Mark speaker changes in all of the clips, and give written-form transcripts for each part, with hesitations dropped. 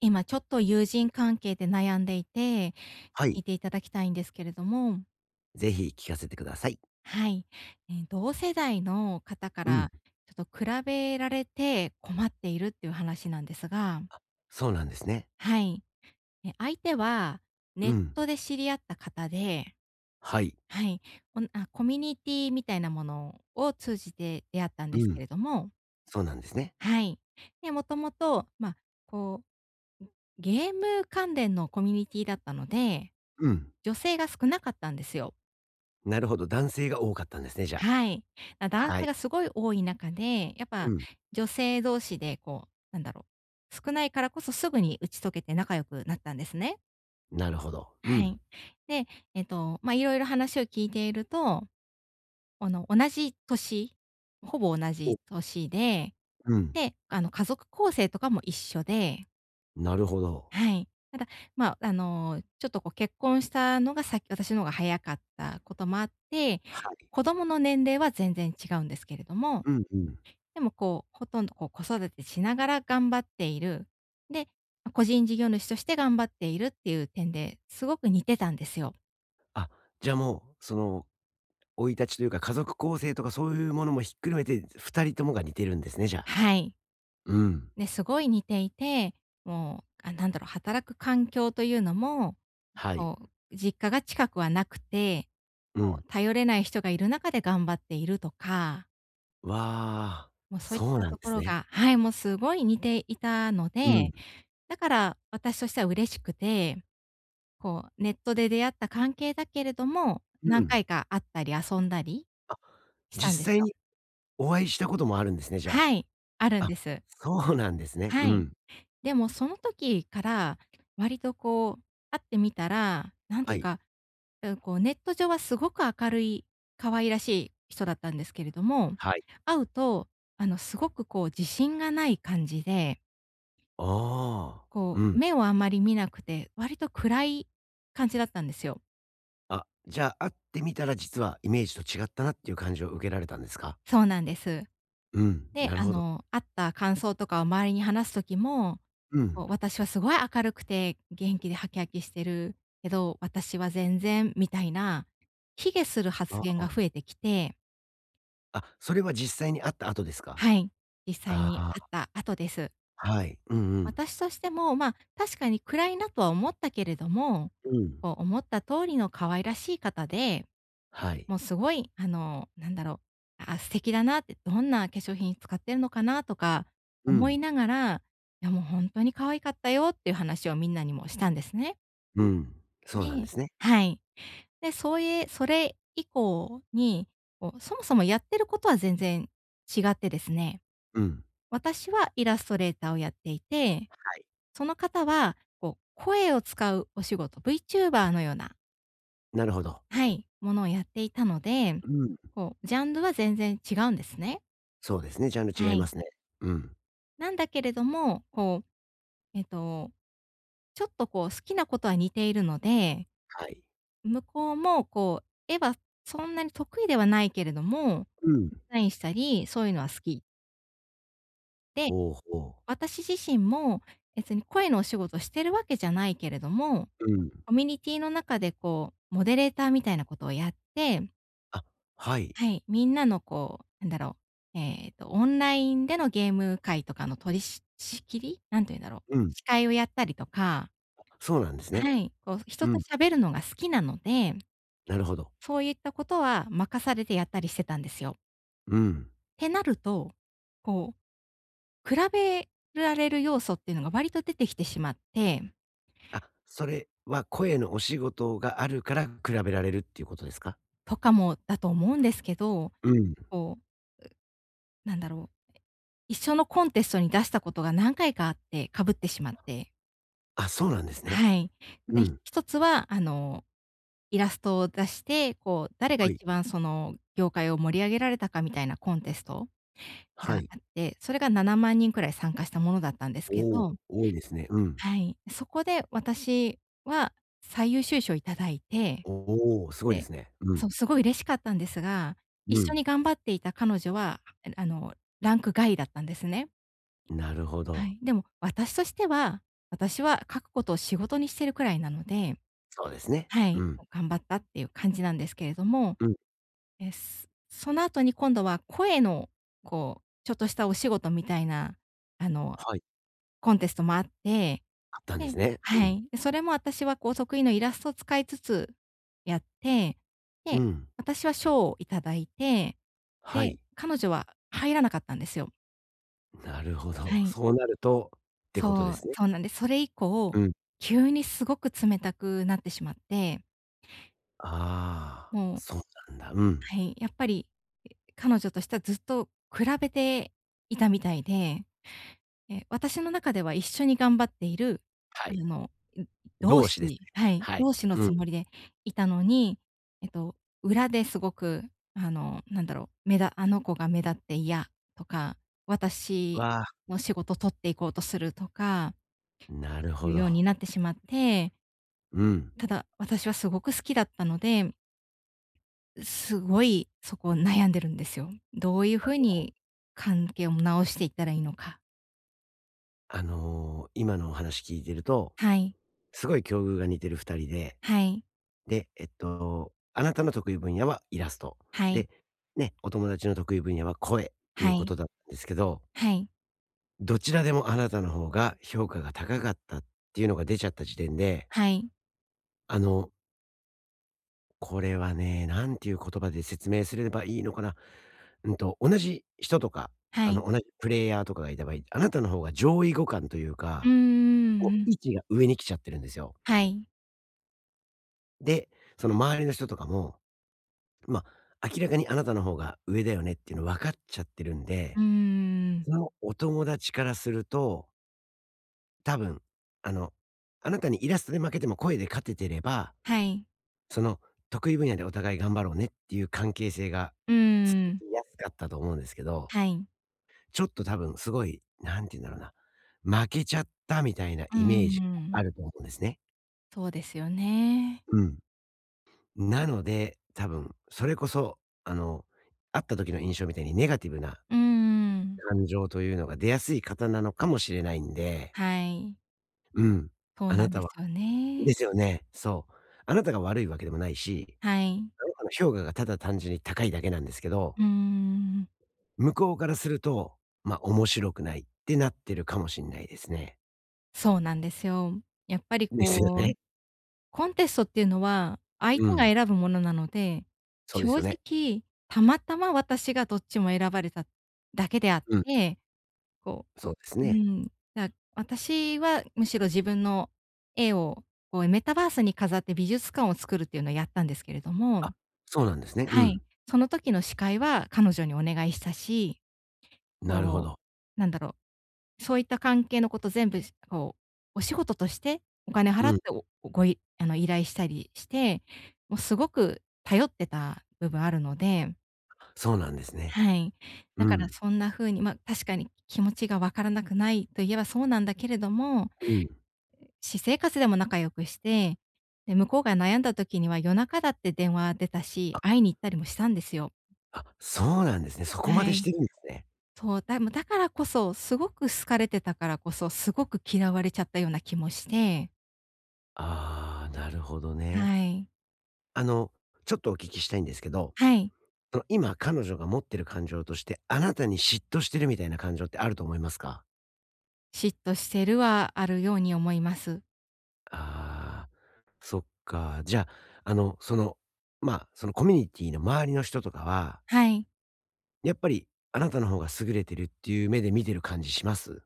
Speaker 1: 今ちょっと友人関係で悩んでいて、
Speaker 2: は
Speaker 1: 聞
Speaker 2: い。
Speaker 1: いていただきたいんですけれども、
Speaker 2: ぜひ聞かせてください。
Speaker 1: はい。同世代の方か
Speaker 2: うん。
Speaker 1: らちょっと比べられて困っているっていう話なんですが、
Speaker 2: そうなんですね。
Speaker 1: はい。相手は
Speaker 2: う
Speaker 1: ネッ
Speaker 2: ん。
Speaker 1: トで知り合った方で、
Speaker 2: はい。
Speaker 1: はい。おんあ、コミュニティみたいなものを通じて出会ったんです
Speaker 2: うん。
Speaker 1: けれども、
Speaker 2: そうなんですね。
Speaker 1: はい。で、もともと、こう、ゲーム関連のコミュニティだったので、
Speaker 2: うん。
Speaker 1: 女性が少なかったんですよ。
Speaker 2: なるほど、男性が多かったんですね、じゃあ。
Speaker 1: はい。男
Speaker 2: は
Speaker 1: 性
Speaker 2: い。
Speaker 1: がすごい多い中で、やっ
Speaker 2: う
Speaker 1: ぱ
Speaker 2: ん。
Speaker 1: 女性同士で少ないからこそすぐに打ち解けて仲良くなったんですね。
Speaker 2: なるほど。う
Speaker 1: は
Speaker 2: ん。
Speaker 1: い。で、いろいろ話を聞いていると、同じ年、ほぼ同
Speaker 2: お
Speaker 1: じ年で、
Speaker 2: うん。
Speaker 1: で、家族構成とかも一緒で、
Speaker 2: なるほど。
Speaker 1: はい。ただ、ちょっと結婚したのが先私の方が早かったこともあって、
Speaker 2: はい。
Speaker 1: 子供の年齢は全然違うんですけれども、
Speaker 2: うんうん。
Speaker 1: でもほとんど子育てしながら頑張っている。で、個人事業主として頑張っているっていう点ですごく似てたんですよ。
Speaker 2: あ、じゃあもう、生い立ちというか、家族構成とかそういうものもひっくるめて、2人ともが似てるんですね、じゃあ。
Speaker 1: はい。
Speaker 2: うん。
Speaker 1: ね、すごい似ていて、もう、働く環境というのも、
Speaker 2: はい。
Speaker 1: こ実家が近くはなくて、
Speaker 2: うん。
Speaker 1: 頼れない人がいる中で頑張っているとか、
Speaker 2: わあ、
Speaker 1: もうそういっ
Speaker 2: そう
Speaker 1: た
Speaker 2: なんで
Speaker 1: とこ
Speaker 2: す
Speaker 1: ろ
Speaker 2: ね。
Speaker 1: が、はい、もうすごい似ていたの
Speaker 2: うん。
Speaker 1: で、だから私としては嬉しくて、ネットで出会った関係だけれども、
Speaker 2: う
Speaker 1: 何
Speaker 2: ん。
Speaker 1: 回か会ったり遊んだりしたんで
Speaker 2: 実
Speaker 1: す
Speaker 2: 際
Speaker 1: よ。
Speaker 2: にお会いしたこともあるんですね、じゃ
Speaker 1: はい、ある
Speaker 2: あ。
Speaker 1: ん
Speaker 2: あ、
Speaker 1: です。
Speaker 2: そうなんですね。
Speaker 1: は
Speaker 2: う
Speaker 1: い。
Speaker 2: ん。
Speaker 1: でもその時から、割と会ってみたら、なんと
Speaker 2: は
Speaker 1: いう
Speaker 2: い。
Speaker 1: か、うん、ネット上はすごく明るい、可愛らしい人だったんですけれども、
Speaker 2: はい。
Speaker 1: 会うと、すごく自信がない感じで、
Speaker 2: ああ、うん。
Speaker 1: 目をあまり見なくて、割と暗い感じだったんですよ。
Speaker 2: あ、じゃあ、会ってみたら実はイメージと違ったなっていう感じを受けられたんですか？
Speaker 1: そうなんです。
Speaker 2: うん、
Speaker 1: で、
Speaker 2: なるほど。
Speaker 1: 会った感想とかを周りに話す時も、
Speaker 2: うん。
Speaker 1: 私はすごい明るくて元気でハキハキしてるけど、私は全然みたいな、卑下する発
Speaker 2: あ
Speaker 1: 言
Speaker 2: あ。
Speaker 1: が増えてきて、
Speaker 2: あ、それは実際に会った後ですか？
Speaker 1: はい、実際
Speaker 2: あ
Speaker 1: に
Speaker 2: あ、
Speaker 1: 会った後です。
Speaker 2: はい。うんうん。
Speaker 1: 私としても、確かに暗いなとは思ったけれども、
Speaker 2: うん。
Speaker 1: 思った通りの可愛らしい方で、
Speaker 2: はい。
Speaker 1: もうすごい、素敵だなって、どんな化粧品使ってるのかなとか
Speaker 2: う
Speaker 1: 思
Speaker 2: ん。
Speaker 1: いながら、いやもうほんとに可愛かったよっていう話をみんなにもしたんですね。
Speaker 2: うん。そうなんで
Speaker 1: で、
Speaker 2: すね。
Speaker 1: はい。で、そういうそれ以降に、そもそもやってることは全然違ってですね、
Speaker 2: うん。
Speaker 1: 私はイラストレーターをやっていて、
Speaker 2: はい。
Speaker 1: その方は、声を使うお仕事、VTuber のような、
Speaker 2: なるほど。
Speaker 1: はい、ものをやっていたので、
Speaker 2: うん。
Speaker 1: ジャンルは全然違うんですね。
Speaker 2: そうですね、ジャンル違
Speaker 1: は
Speaker 2: いま
Speaker 1: い。
Speaker 2: すね。うん。
Speaker 1: なんだけれども、えっと、ちょっと好きなことは似ているので、
Speaker 2: はい。
Speaker 1: 向こうも絵はそんなに得意ではないけれども、
Speaker 2: うん。
Speaker 1: デザインしたり、そういうのは好き。で、
Speaker 2: ほうほう。
Speaker 1: 私自身も別に声のお仕事してるわけじゃないけれども、
Speaker 2: うん。
Speaker 1: コミュニティの中でモデレーターみたいなことをやって、
Speaker 2: あ、はい。
Speaker 1: はい、みんなのオンラインでのゲーム会とかの取り仕切りなんて言うんだろう。
Speaker 2: うん。
Speaker 1: 司会をやったりとか、
Speaker 2: そうなんですね。
Speaker 1: はい。
Speaker 2: う
Speaker 1: 人と
Speaker 2: ん。
Speaker 1: 喋るのが好きなので、
Speaker 2: なるほど。
Speaker 1: そういったことは任されてやったりしてたんですよ。
Speaker 2: うん。
Speaker 1: ってなると、こう、比べられる要素っていうのが割と出てきてしまって、
Speaker 2: あ、それは声のお仕事があるから比べられるっていうことですか？
Speaker 1: とかもだと思うんですけど、
Speaker 2: うん。
Speaker 1: こう、なんだろう、一緒のコンテストに出したことが何回かあって、かぶってしまって。
Speaker 2: あ、そうなんですね。
Speaker 1: はい。
Speaker 2: う
Speaker 1: で、
Speaker 2: ん。
Speaker 1: 一つは、イラストを出して、誰が
Speaker 2: はい。
Speaker 1: 一番その業界を盛り上げられたかみたいなコンテスト
Speaker 2: は
Speaker 1: が
Speaker 2: い。
Speaker 1: あって、それが7万人くらい参加したものだったんですけ
Speaker 2: お
Speaker 1: ど、
Speaker 2: お、多いですね。うん。
Speaker 1: はい。そこで私は最優秀賞いただいて、
Speaker 2: おお、すごいで
Speaker 1: で、
Speaker 2: すね。う
Speaker 1: そ
Speaker 2: ん。
Speaker 1: う、すごい嬉しかったんですが、一
Speaker 2: う
Speaker 1: 緒
Speaker 2: ん。
Speaker 1: に頑張っていた彼女は、あの、ランク外だったんですね。
Speaker 2: なるほ
Speaker 1: は
Speaker 2: ど。
Speaker 1: い。でも私としては、私は書くことを仕事にしてるくらいなので、
Speaker 2: そうですね。
Speaker 1: は
Speaker 2: う
Speaker 1: い、
Speaker 2: ん。
Speaker 1: 頑張ったっていう感じなんですけれども、
Speaker 2: うん。
Speaker 1: その後に今度は声の、ちょっとしたお仕事みたいな、あの、
Speaker 2: はい。
Speaker 1: コンテストもあって、
Speaker 2: あったんで
Speaker 1: で、
Speaker 2: すね。う
Speaker 1: は
Speaker 2: ん。
Speaker 1: い。で、それも私は得意のイラストを使いつつやって、
Speaker 2: う
Speaker 1: で、
Speaker 2: ん。
Speaker 1: 私は賞をいただいて、
Speaker 2: は
Speaker 1: で、
Speaker 2: い。
Speaker 1: 彼女は入らなかったんですよ。
Speaker 2: なるほ
Speaker 1: は
Speaker 2: ど。
Speaker 1: い。
Speaker 2: そうなるとってことで
Speaker 1: そう、
Speaker 2: すね。
Speaker 1: そうなんです。それ以
Speaker 2: う
Speaker 1: 降、
Speaker 2: ん。
Speaker 1: 急にすごく冷たくなってしまって、
Speaker 2: ああ、
Speaker 1: もう、
Speaker 2: そうなんだ。うん。
Speaker 1: はい、やっぱり、彼女としてはずっと比べていたみたいで、私の中では一緒に頑張っている、
Speaker 2: は
Speaker 1: あ
Speaker 2: い。
Speaker 1: の、ん、同
Speaker 2: 同
Speaker 1: 志
Speaker 2: 士ですね。
Speaker 1: にはい、
Speaker 2: はい。
Speaker 1: 同志の
Speaker 2: うん。
Speaker 1: つもりでいたのに、えっと、裏ですごく、あの子が目立って嫌とか、私
Speaker 2: わあ、
Speaker 1: の仕事取っていこうとするとか
Speaker 2: なるほ
Speaker 1: いうよう
Speaker 2: ど。
Speaker 1: になってしまって、
Speaker 2: うん。
Speaker 1: ただ、私はすごく好きだったので、すごいそこ悩んでるんですよ。どういう風に関係を直していったらいいのか。
Speaker 2: 今のお話聞いてると、
Speaker 1: はい、
Speaker 2: すごい境遇が似てる二人で、
Speaker 1: はい、
Speaker 2: で、あなたの得意分野はイラスト。
Speaker 1: はい、
Speaker 2: で、ね、お友達の得意分野は声ってい
Speaker 1: は
Speaker 2: うこ
Speaker 1: い、
Speaker 2: とだったんですけど、
Speaker 1: はい、
Speaker 2: どちらでもあなたの方が評価が高かったっていうのが出ちゃった時点で、
Speaker 1: はい、
Speaker 2: あの、これはね、なんていう言葉で説明すればいいのかな。うんと、同じ人とか、
Speaker 1: はい。
Speaker 2: 同じプレイヤーとかがいた場合、あなたの方が上位互換という
Speaker 1: うー
Speaker 2: か、こ
Speaker 1: ん、
Speaker 2: う
Speaker 1: ん。
Speaker 2: 位置が上に来ちゃってるんですよ。
Speaker 1: はい。
Speaker 2: で、その周りの人とかも、まあ、明らかにあなたの方が上だよねっていうの分かっちゃってるん
Speaker 1: う
Speaker 2: で、
Speaker 1: ーん。
Speaker 2: そのお友達からすると、多分、あの、あなたにイラストで負けても声で勝ててれば、
Speaker 1: はい。
Speaker 2: その得意分野でお互い頑張ろうねっていう関係性が
Speaker 1: うー
Speaker 2: 続
Speaker 1: ん。
Speaker 2: きやすかったと思うんですけど、
Speaker 1: はい。
Speaker 2: ちょっと多分すごい、なんて言うんだろうな、負けちゃったみたいな
Speaker 1: うー
Speaker 2: イメージがあ
Speaker 1: ん。
Speaker 2: ると思うんですね。
Speaker 1: そうですよね。
Speaker 2: うん。なので、多分それこそ、あの、会った時の印象みたいにネガティブな
Speaker 1: うーん。
Speaker 2: 感情というのが出やすい方なのかもしれないんで、
Speaker 1: はい。
Speaker 2: うん。
Speaker 1: そう
Speaker 2: あな
Speaker 1: なん
Speaker 2: た
Speaker 1: です
Speaker 2: は
Speaker 1: よ
Speaker 2: で
Speaker 1: ね。
Speaker 2: すよね、そう。あなたが悪いわけでもないし、
Speaker 1: はい。
Speaker 2: あなたの評価がただ単純に高いだけなんですけど、
Speaker 1: うーん。
Speaker 2: 向こうからすると、ま、あ面白くないってなってるかもしれないですね。
Speaker 1: そうなんですよ。やっぱり
Speaker 2: ですよね。
Speaker 1: コンテストっていうのは、相
Speaker 2: う
Speaker 1: 手が
Speaker 2: ん。
Speaker 1: 選ぶものなので、
Speaker 2: そうです
Speaker 1: 正
Speaker 2: よね。
Speaker 1: 直、たまたま私がどっちも選ばれただけであっ
Speaker 2: うん、
Speaker 1: て、こ
Speaker 2: そうです
Speaker 1: うう
Speaker 2: ね。
Speaker 1: ん、だ私はむしろ自分の絵をメタバースに飾って美術館を作るっていうのをやったんですけれども、
Speaker 2: あ、そうなんですね。う
Speaker 1: はい、
Speaker 2: ん。
Speaker 1: その時の司会は彼女にお願いしたし、
Speaker 2: なるほ
Speaker 1: こ
Speaker 2: ど。
Speaker 1: う、なんだろうそういった関係のこと全部、こお仕事としてお金
Speaker 2: う
Speaker 1: 払っ
Speaker 2: ん、
Speaker 1: ておごい依頼したりして、もうすごく頼ってた部分あるので、
Speaker 2: そうなんですね。
Speaker 1: はい。だ
Speaker 2: う
Speaker 1: から
Speaker 2: ん、
Speaker 1: そんな風に、確かに気持ちがわからなくないと言えばそうなんだけれども、
Speaker 2: うん。
Speaker 1: 私生活でも仲良くして、で、向こうが悩んだ時には夜中だって電話出たし、会いに行ったりもしたんですよ。
Speaker 2: あ、そうなんですね。そこま
Speaker 1: は
Speaker 2: でし
Speaker 1: い。
Speaker 2: てるんですね。
Speaker 1: そう、もうだからこそ、すごく好かれてたからこそ、すごく嫌われちゃったような気もして、
Speaker 2: ああ、なるほど
Speaker 1: は
Speaker 2: ね。
Speaker 1: い。
Speaker 2: あの、ちょっとお聞きしたいんですけど、
Speaker 1: はい。
Speaker 2: その今彼女が持ってる感情として、あなたに嫉妬してるみたいな感情ってあると思いますか？
Speaker 1: 嫉妬してるはあるように思います。
Speaker 2: ああ、そっか。じゃあ、まあ、そのコミュニティの周りの人とかは、
Speaker 1: はい。
Speaker 2: やっぱりあなたの方が優れてるっていう目で見てる感じします？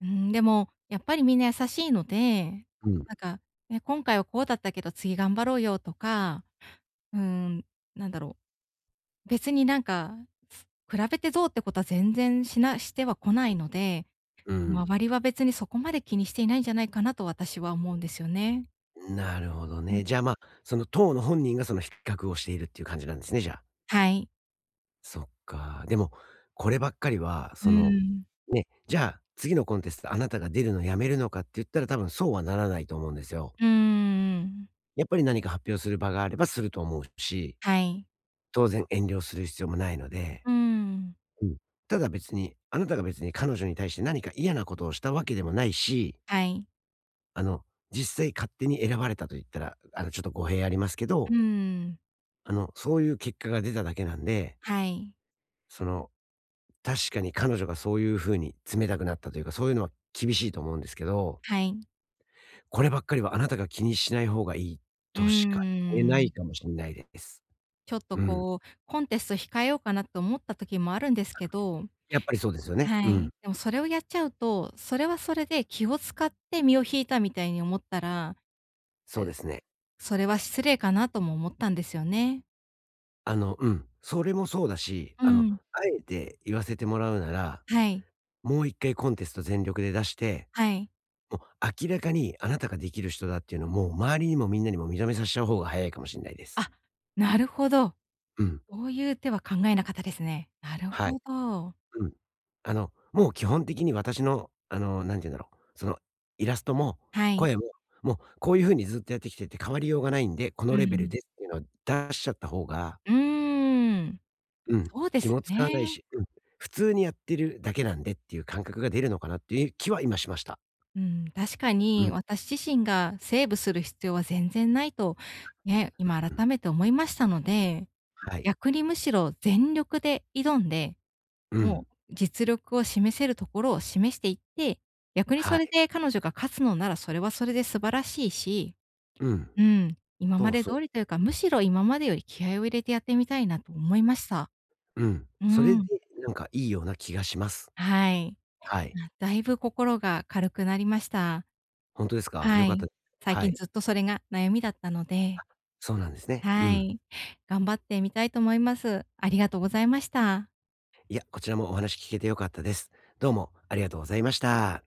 Speaker 1: うん、でも、やっぱりみんな優しいので、
Speaker 2: うん。
Speaker 1: なんか、ね、今回はこうだったけど次頑張ろうよとか、うーん、なんだろ別になんか、比べてどうってことは全然してはこないので、
Speaker 2: うん。
Speaker 1: 周りは別にそこまで気にしていないんじゃないかなと私は思うんですよね。
Speaker 2: なるほど
Speaker 1: うん、
Speaker 2: ね。じゃあ、まあ、その当の本人がその比較をしているっていう感じなんですね、じゃあ。
Speaker 1: はい。
Speaker 2: そっか。でも、こればっかりは、
Speaker 1: うん。
Speaker 2: ね、じゃあ、次のコンテストあなたが出るのやめるのかって言ったら多分そうはならないと思うんですよ。
Speaker 1: うーん。
Speaker 2: やっぱり何か発表する場があればすると思うし、
Speaker 1: はい。
Speaker 2: 当然遠慮する必要もないので、
Speaker 1: うーん。
Speaker 2: うん。ただ別に、あなたが別に彼女に対して何か嫌なことをしたわけでもないし、
Speaker 1: はい。
Speaker 2: あの、実際勝手に選ばれたと言ったら、ちょっと語弊ありますけ
Speaker 1: うー
Speaker 2: ど、
Speaker 1: ん。
Speaker 2: そういう結果が出ただけなんで、
Speaker 1: はい。
Speaker 2: その、確かに彼女がそういう風に冷たくなったというか、そういうのは厳しいと思うんですけど、
Speaker 1: はい。
Speaker 2: こればっかりはあなたが気にしない方がいい
Speaker 1: う
Speaker 2: としか言え
Speaker 1: ー
Speaker 2: ない
Speaker 1: ん。
Speaker 2: かもしれないです。
Speaker 1: ちょっと
Speaker 2: うん。
Speaker 1: コンテスト控えようかなと思った時もあるんですけど、
Speaker 2: やっぱりそうですよね。
Speaker 1: は
Speaker 2: うん。
Speaker 1: い。でもそれをやっちゃうと、それはそれで気を使って身を引いたみたいに思ったら、
Speaker 2: そうですね。
Speaker 1: それは失礼かなとも思ったんですよね。
Speaker 2: うん。それもそうだし、
Speaker 1: うん。
Speaker 2: あえて言わせてもらうなら、
Speaker 1: はい。
Speaker 2: もう一回コンテスト全力で出して、
Speaker 1: はい。
Speaker 2: もう明らかにあなたができる人だっていうのをもう周りにもみんなにも認めさせちゃう方が早いかもしれないです。
Speaker 1: あ、なるほど。
Speaker 2: うん。
Speaker 1: そういう手は考えなかったですね。なる
Speaker 2: はい。
Speaker 1: ほど。
Speaker 2: うん。もう基本的に私の、なんて言うんだろう、イラストも
Speaker 1: はい。
Speaker 2: 声も、もうこういう風にずっとやってきてて変わりようがないんで、こ
Speaker 1: う
Speaker 2: のレベル
Speaker 1: ん。
Speaker 2: ですっていうのを出しちゃった方が、
Speaker 1: うーん。
Speaker 2: うん、
Speaker 1: そうで
Speaker 2: 気
Speaker 1: す
Speaker 2: も使わ
Speaker 1: ね。
Speaker 2: ないし、うん、普通にやってるだけなんでっていう感覚が出るのかなっていう気は今しました。
Speaker 1: うん、確か
Speaker 2: うん、
Speaker 1: に私自身がセーブする必要は全然ないと、ね、今
Speaker 2: うん。
Speaker 1: 改めて思いましたので、
Speaker 2: はい。
Speaker 1: 逆にむしろ全力で挑んで、
Speaker 2: う
Speaker 1: も
Speaker 2: ん。
Speaker 1: う実力を示せるところを示していって、逆に
Speaker 2: は
Speaker 1: それ
Speaker 2: い。
Speaker 1: で彼女が勝つのならそれはそれで素晴らしいし、
Speaker 2: うん。
Speaker 1: うん、今ま
Speaker 2: そう
Speaker 1: で
Speaker 2: そう。
Speaker 1: 通りというか、むしろ今までより気合を入れてやってみたいなと思いました。
Speaker 2: うん。
Speaker 1: う
Speaker 2: それで
Speaker 1: ん、
Speaker 2: なんかいいような気がします。
Speaker 1: はい。
Speaker 2: はい。
Speaker 1: だいぶ心が軽くなりました。
Speaker 2: 本当ですか？
Speaker 1: は
Speaker 2: 良かった
Speaker 1: い。
Speaker 2: です
Speaker 1: 最
Speaker 2: は
Speaker 1: 近
Speaker 2: い。
Speaker 1: ずっとそれが悩みだったので、
Speaker 2: そうなんですね。う
Speaker 1: は
Speaker 2: ん。
Speaker 1: い。頑張ってみたいと思います。ありがとうございました。
Speaker 2: いや、こちらもお話聞けて良かったです。どうもありがとうございました。